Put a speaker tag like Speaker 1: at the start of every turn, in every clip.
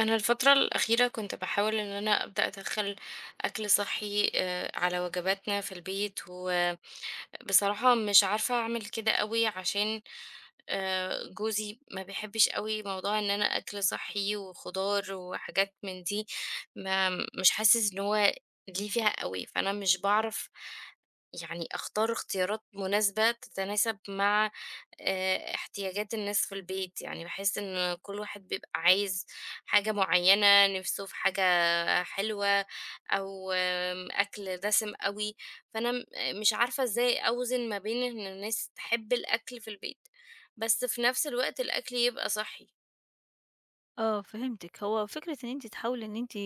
Speaker 1: أنا الفترة الأخيرة كنت باحاول إن أنا أبدأ أدخّل أكل صحّي على وجباتنا في البيت، و بصراحة مش عارفة أعمل كده أوي عشان جوزي ما بيحبش أوي موضوع إن أنا أكل صحّي وخضار وحاجات من دي، ما مش حاسس إن هو ليه فيها أوي، فأنا مش باعرف يعني أختار اختيارات مناسبة تتناسب مع احتياجات الناس في البيت، يعني باحس إن كل واحد بيبقى عايز حاجة معيّنة، نِفْسه في حاجة حلوة أو أكل دسم أوي، فأنا مش عارفة إزاي أوزن ما بين إن الناس تحب الأكل في البيت، بس في نفس الوقت الأكل يبقى صحّي.
Speaker 2: آه، فهمتِك. هو فكرة إن أنتِ تحاولي إن أنتِ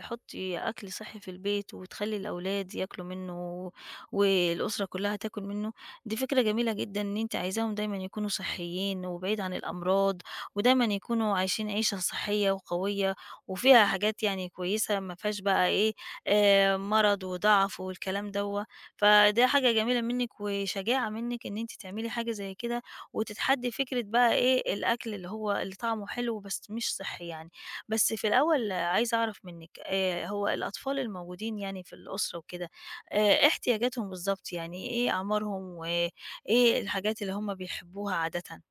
Speaker 2: تحطّي أكل صحّي في البيت وتخلّي الأولاد ياكلوا منّه والأسرة كُلّها تاكل منّه، دي فكرة جميلة جدًا إن أنتِ عايزاهم دايمًا يكونوا صحّيين وبعيد عن الأمراض، ودايمًا يكونوا عايشين عيشة صحّية وقوية، وفيها حاجات يعني كويسة ما فيهاش بقى إيه، مرض وضَعَف والكلام دوّة، فده حاجة جميلة منِّك وشجاعة منِّك إن أنتِ تعملي حاجة زي كده، وتتحدّي فكرة بقى إيه، الأكل اللي هو اللي طعمه حلو بس مش صحّي يعني. بس في الأول عايزة أعرف منِّك، هو الأطفال الموجودين يعني في الأسرة وكده، احتياجاتهم بالضبط، يعني إيه أعمارهم وإيه الحاجات اللي هم بيحبّوها عادةً؟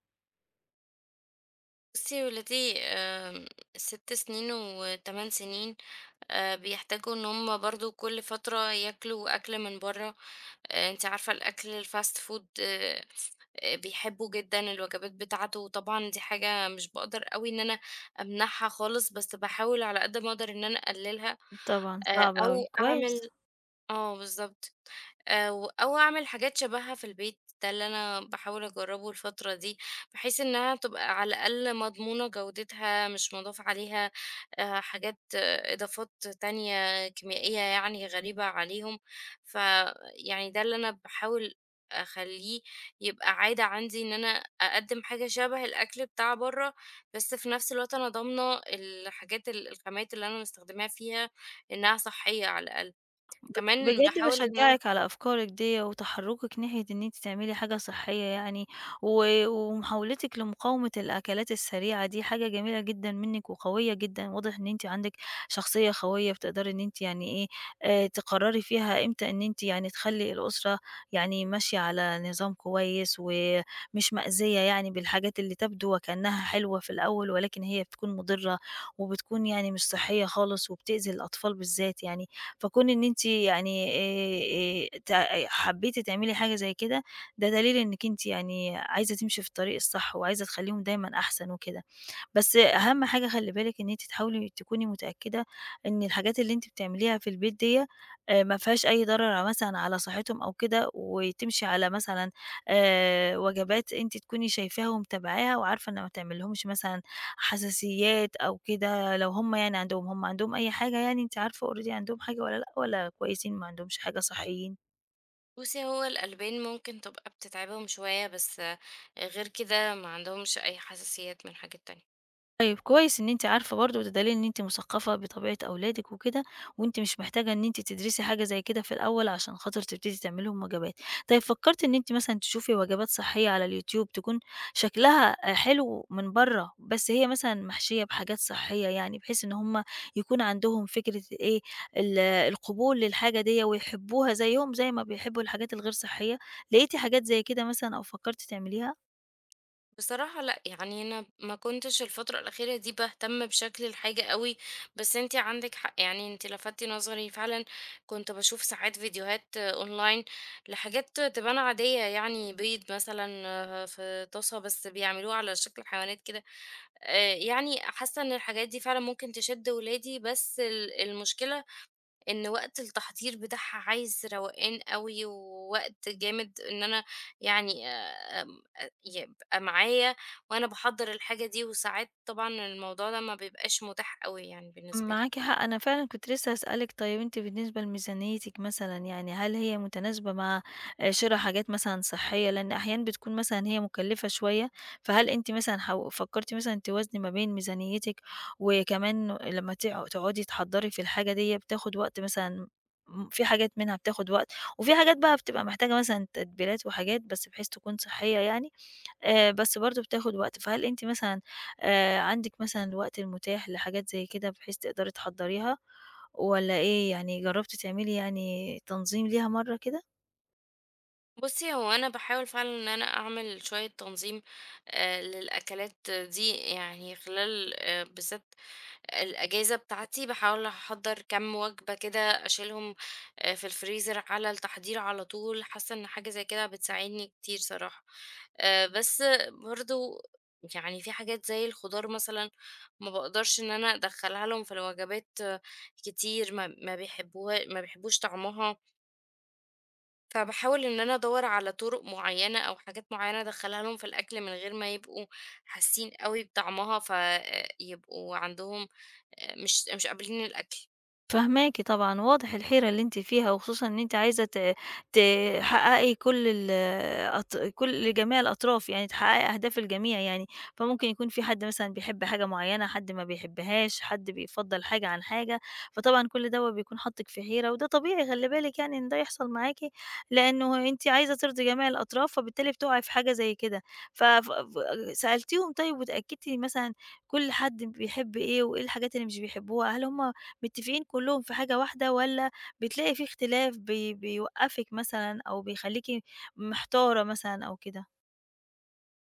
Speaker 1: بُصّي ولادي 6 سنين و8 سنين. بيحتاجوا إن هم برضه كل فترة ياكلوا أكل من برّه. أنتِ عارفة الأكل الfast food، بيحبوا جدًا الوجبات بتاعته، وطبعًا دي حاجة مش باقدر أوي إن أنا أمنعها خالص، بس باحاول على قد ما أقدر إن أنا أقللها.
Speaker 2: طبعًا صعب
Speaker 1: أو
Speaker 2: أوي،
Speaker 1: أعمل
Speaker 2: كويس.
Speaker 1: آه، بالضبط. أو أعمل حاجات شبهها في البيت، ده اللي أنا باحاول أجرّبه الفترة دي، بحيث إنها تبقى على الأقل مضمونة جودتها، مش مضاف عليها حاجات آه، إضافات تانية كيميائية يعني غريبة عليهم، فيعني ده اللي أنا باحاول أخلّيه يبقى عادة عندي إن أنا أقدّم حاجة شبه الأكل بتاع برّه، بس في نفس الوقت أنا ضامنة الحاجات الخامات اللي أنا مستخدماها فيها إنها صحية على الأقل. كمان
Speaker 2: بجد
Speaker 1: باحاول إن
Speaker 2: باشجّعِك على أفكارِك ديّة، وتحرُّكِك ناحية إن أنتِ تعملي حاجة صحّية يعني، و ومحاولتِك لمقاومة الأكلات السريعة دي حاجة جميلة جدًا منِّك وقوية جدًا. واضح إن أنتِ عندِك شخصية قوية، بتقدري إن أنتِ يعني إيه، تقرّري فيها إمتى إن أنتِ يعني تخلّي الأسرة يعني ماشية على نظام كويس ومش مأذية، يعني بالحاجات اللي تبدو وكأنها حلوة في الأول، ولكن هي بتكون مُضرّة، وبتكون يعني مش صحّية خالص، وبتأذي الأطفال بالذات يعني. فكون إن أنتِ يعني ت حبيتِ تعملي حاجة زي كده، ده دليل إنِّك أنتِ يعني عايزة تمشي في الطريق الصح، وعايزة تخلّيهم دايمًا أحسن وكده. بس أهم حاجة خلّي بالِك إن أنتِ تحاولي تكوني متأكدة إن الحاجات اللي أنتِ بتعمليها في البيت ديّة ما فيهاش أي ضرر مثلًا على صحتهم أو كده، وتمشي على مثلًا وجبات أنتِ تكوني شايفاها ومتابعاها، وعارفة إن ما تعملّهمش مثلًا حساسيات أو كده. لو هُم يعني عندهم أي حاجة، يعني أنتِ عارفة already عندهم حاجة والّا لأ، والّا كويسين ما عندهمش حاجة، صحيين؟
Speaker 1: بُصّي، هو الألبان ممكن تبقى بتتعبهم شوية، بس غير كده ما عندهمش أي حساسيات من حاجات تانية.
Speaker 2: طيب كويس إن أنتِ عارفة برضه، وده دليل إن أنتِ مثقفة بطبيعة أولادِك وكده، وأنتِ مش محتاجة إن أنتِ تدرسي حاجة زي كده في الأول عشان خاطر تبتدي تعملي لهم وجبات. طيب فكرتِ إن أنتِ مثلًا تشوفي وجبات صحية على اليوتيوب، تكون شكلها حلو من برّه، بس هي مثلًا محشية بحاجات صحية يعني، بحيث إن هُم يكون عندهم فكرة إيه، القبول للحاجة ديّة، ويحبوها زيّهم زي ما بيحبوا الحاجات الغير صحية. لقيتِ حاجات زي كده مثلًا أو فكرتِ تعمليها؟
Speaker 1: بصراحة لأ، يعني أنا ما كنتش الفترة الأخيرة دي باهتم بشكل الحاجة أوي، بس أنتِ عندِك حق، يعني أنتِ لفتِ نظري فعلًا، كنت باشوف ساعات فيديوهات أونلاين لحاجات تبان عادية، يعني بيض مثلًا آه، في طاسة، بس بيعملوه على شكل حيوانات كده. يعني حاسة إن الحاجات دي فعلًا ممكن تشد ولادي، بس المشكلة إن وقت التحضير بتاعها عايز روقان أوي، ووقت جامد إن أنا يعني آمم أ يبقى معايا وأنا باحضّر الحاجة دي، وساعات طبعًا الموضوع ده ما بيبقاش متاح أوي يعني بالنسبة لي.
Speaker 2: معاكِ حق، أنا فعلًا كنت لسه هاسألِك، طيب أنتِ بالنسبة لميزانيتِك مثلًا، يعني هل هي متناسبة مع شِرا حاجات مثلًا صحية؟ لأن أحيانًا بتكون مثلًا هي مكلفة شوية، فهل أنتِ مثلًا فكرتِ مثلًا توازني ما بين ميزانيتِك، وكمان لما تقعدي تحضّري في الحاجة ديّة بتاخد وقت مثلًا، في حاجات منها بتاخد وقت، وفي حاجات بقى بتبقى محتاجة مثلًا تتبيلات وحاجات، بس بحيث تكون صحية يعني؟ بس برضه بتاخد وقت، فهل أنتِ مثلًا عندِك مثلًا الوقت المتاح لحاجات زي كده، بحيث تقدري تحضّريها، والّا إيه، يعني جرّبتِ تعملي يعني تنظيم ليها مرّة كده؟
Speaker 1: بُصّي، هو أنا باحاول فعلًا إن أنا أعمل شوية تنظيم للأكلات دي، يعني خلال بالذات الأجازة بتاعتي باحاول أحضّر كام وجبة كده أشيلهم في الفريزر على التحضير على طول، حاسة إن حاجة زي كده بتساعدني كتير صراحة. بس برضه يعني في حاجات زي الخضار مثلًا ما باقدرش إن أنا أدخّلها لهم في الوجبات آه، كتير، ما بيحبوها ما بيحبوش طعمها. فباحاول إن أنا أدوّر على طُرق معيّنة أو حاجات معيّنة أدخّلها لهم في الأكل من غير ما يبقوا حاسين أوي بطعمها، فيبقوا عندهم مش قابلين الأكل.
Speaker 2: فاهماكِ طبعًا، واضح الحيرة اللي أنتِ فيها، وخصوصًا إن أنتِ عايزة تحققي كل ال أط كل جميع الأطراف يعني، تحققي أهداف الجميع يعني، فممكن يكون في حد مثلًا بيحب حاجة معينة، حد ما بيحبهاش، حد بيفضّل حاجة عن حاجة، فطبعًا كل دوّة بيكون حاطِّك في حيرة، وده طبيعي خلّي بالِك يعني إن ده يحصل معاكِ، لأنه أنتِ عايزة ترضي جميع الأطراف، فبالتالي بتُقعي في حاجة زي كده. ف ف سألتيهم طيب، واتأكدتِ مثلًا كل حد بيحب إيه، وإيه الحاجات اللي مش بيحبوها؟ هل هُم متفقين كلّهم في حاجة واحدة، والّا بتلاقي في اختلاف بيوقّفِك مثلًا، أو بيخلّيكِ محتارة مثلًا أو كده؟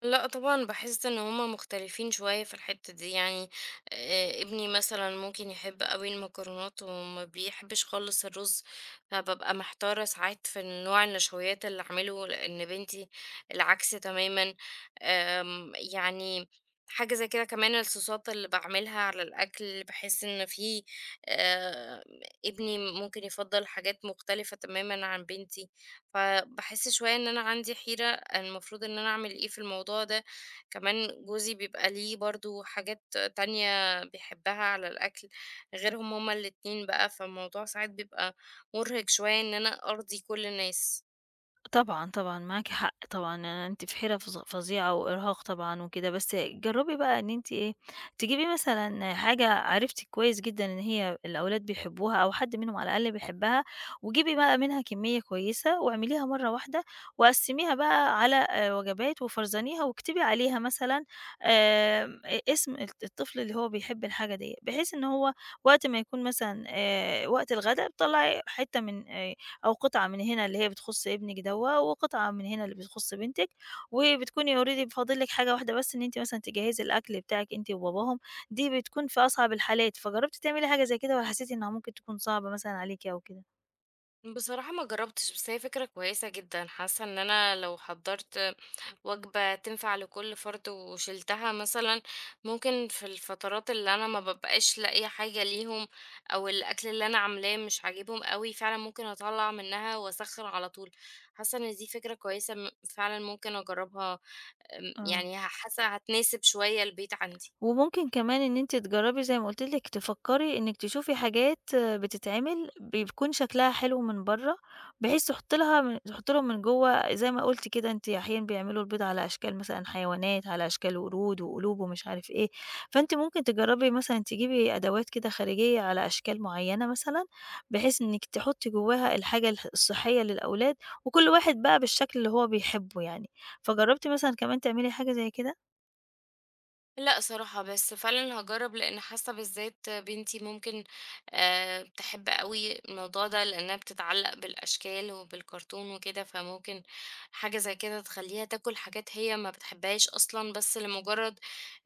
Speaker 1: لأ طبعًا باحس إن هُم مختلفين شوية في الحتّة دي، يعني ابني مثلًا ممكن يحب أوي المكرونات وما بيحبش خالص الرز، فبابقى محتارة ساعات في نوع النشويات اللي أعمله، لإن بنتي العكس تمامًا. يعني حاجة زي كده، كمان الصوصات اللي باعملها على الأكل باحس إن في آآ ابني ممكن يفضّل حاجات مختلفة تمامًا عن بنتي، فباحس شوية إن أنا عندي حيرة المفروض إن أنا أعمل إيه في الموضوع ده، كمان جوزي بيبقى ليه برضه حاجات تانية بيحبها على الأكل غيرهم هما الاتنين بقى، فالموضوع ساعات بيبقى مُرهق شوية إن أنا أرضي كل الناس.
Speaker 2: طبعًا، طبعًا، معاكِ حق طبعًا، أنتِ في حيرة فظيعة وإرهاق طبعًا وكده. بس جرّبي بقى إن أنتِ إيه، تجيبي مثلًا حاجة عرفتِ كويس جدًا إن هي الأولاد بيحبوها، أو حد منهم على الأقل بيحبها، وجيبي بقى منها كمية كويسة واعمليها مرّة واحدة، وقسّميها بقى على وجبات، وفرزانيها، واكتبي عليها مثلًا آمم أ اسم الطفل اللي هو بيحب الحاجة ديّة، بحيث إن هو وقت ما يكون مثلًا وقت الغدا، تطلّعي حتّة من أو قطعة من هنا اللي هي بتخُص ابنِك دوّة، وقطعة من هنا اللي بتخُص بنتِك، وبتكوني already فاضل لِك حاجة واحدة بس، إن أنتِ مثلًا تجهّزي الأكل بتاعِك أنتِ وباباهم. دي بتكون في أصعب الحالات، فجرّبتِ تعملي حاجة زي كده، والّا حسّيتِ إنها ممكن تكون صعبة مثلًا عليكِ أو كده؟
Speaker 1: بصراحة ما جرّبتش، بس هي فكرة كويسة جدًا، حاسة إن أنا لو حضّرت وجبة تنفع لكل فرد وشِلتها مثلًا، ممكن في الفترات اللي أنا ما بابقاش لاقية حاجة ليهم، أو الأكل اللي أنا عاملاه مش عاجبهم أوي، فعلًا ممكن أطلّع منها وأسخّن على طول. حاسة إن دي فكرة كويسة فعلًا ممكن أجرّبها،
Speaker 2: آه.
Speaker 1: يعني حاسة هتناسب شوية البيت عندي.
Speaker 2: وممكن كمان إن أنتِ تجرّبي زي ما قُلت لِك، تفكّري إنِّك تشوفي حاجات بتتعمل بيكون شكلها حلو من برّه، بحيث تحُطّي لهم من جوّه زي ما قُلتِ كده. أنتِ أحيانًا بيعملوا البيض على أشكال مثلًا حيوانات، على أشكال ورود وقلوب ومش عارف إيه، فأنتِ ممكن تجرّبي مثلًا تجيبي أدوات كده خارجية على أشكال معيّنة مثلًا، بحيث إنِّك تحُطّي جوّاها الحاجة الصحّية للأولاد، وكل واحد بقى بالشكل اللي هو بيحبّه يعني. فجرّبتِ مثلًا كمان تعملي حاجة زي كده؟
Speaker 1: لأ صراحة، بس فعلًا هاجرّب لإن حاسة بالذات بنتي ممكن تحب أوي الموضوع ده، لإنها بتتعلّق بالأشكال وبالكرتون وكده، فممكن حاجة زي كده تخلّيها تاكل حاجات هي ما بتحبهاش أصلًا، بس لمجرّد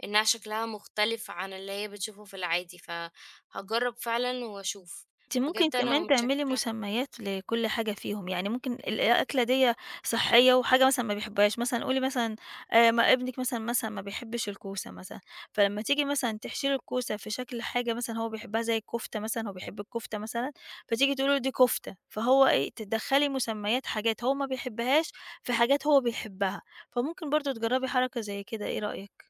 Speaker 1: إنها شكلها مختلف عن اللي هي بتشوفه في العادي، فهاجرّب فعلًا وأشوف.
Speaker 2: أنتِ ممكن
Speaker 1: بجد أنا
Speaker 2: كمان تعملي
Speaker 1: متشكرة.
Speaker 2: مسميات لكل حاجة فيهم، يعني ممكن الأكلة ديّة صحية وحاجة مثلًا ما بيحبهاش، مثلًا قولي مثلًا ما ابنِك مثلًا ما بيحبش الكوسة مثلًا، فلمّا تيجي مثلًا تحشي له الكوسة في شكل حاجة مثلًا هو بيحبها زي الكفتة مثلًا، هو بيحب الكفتة مثلًا، فتيجي تقولي له دي كفتة، فهو إيه، تدخّلي مسميات حاجات هو ما بيحبهاش في حاجات هو بيحبها، فممكن برضه تجرّبي حركة زي كده، إيه رأيك؟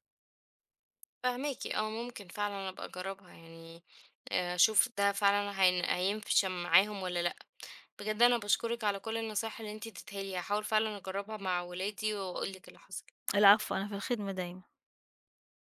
Speaker 1: فاهماكِ، آه ممكن فعلًا أبقى أجرّبها يعني، أشوف ده فعلًا هينفش معاهم والّا لأ. بجد أنا باشكرِك على كل النصايح اللي أنتِ اديتيها لي، هاحاول فعلًا أجرّبها مع ولادي وأقول لِك اللي حصل.
Speaker 2: العفو، أنا في الخدمة دايمًا.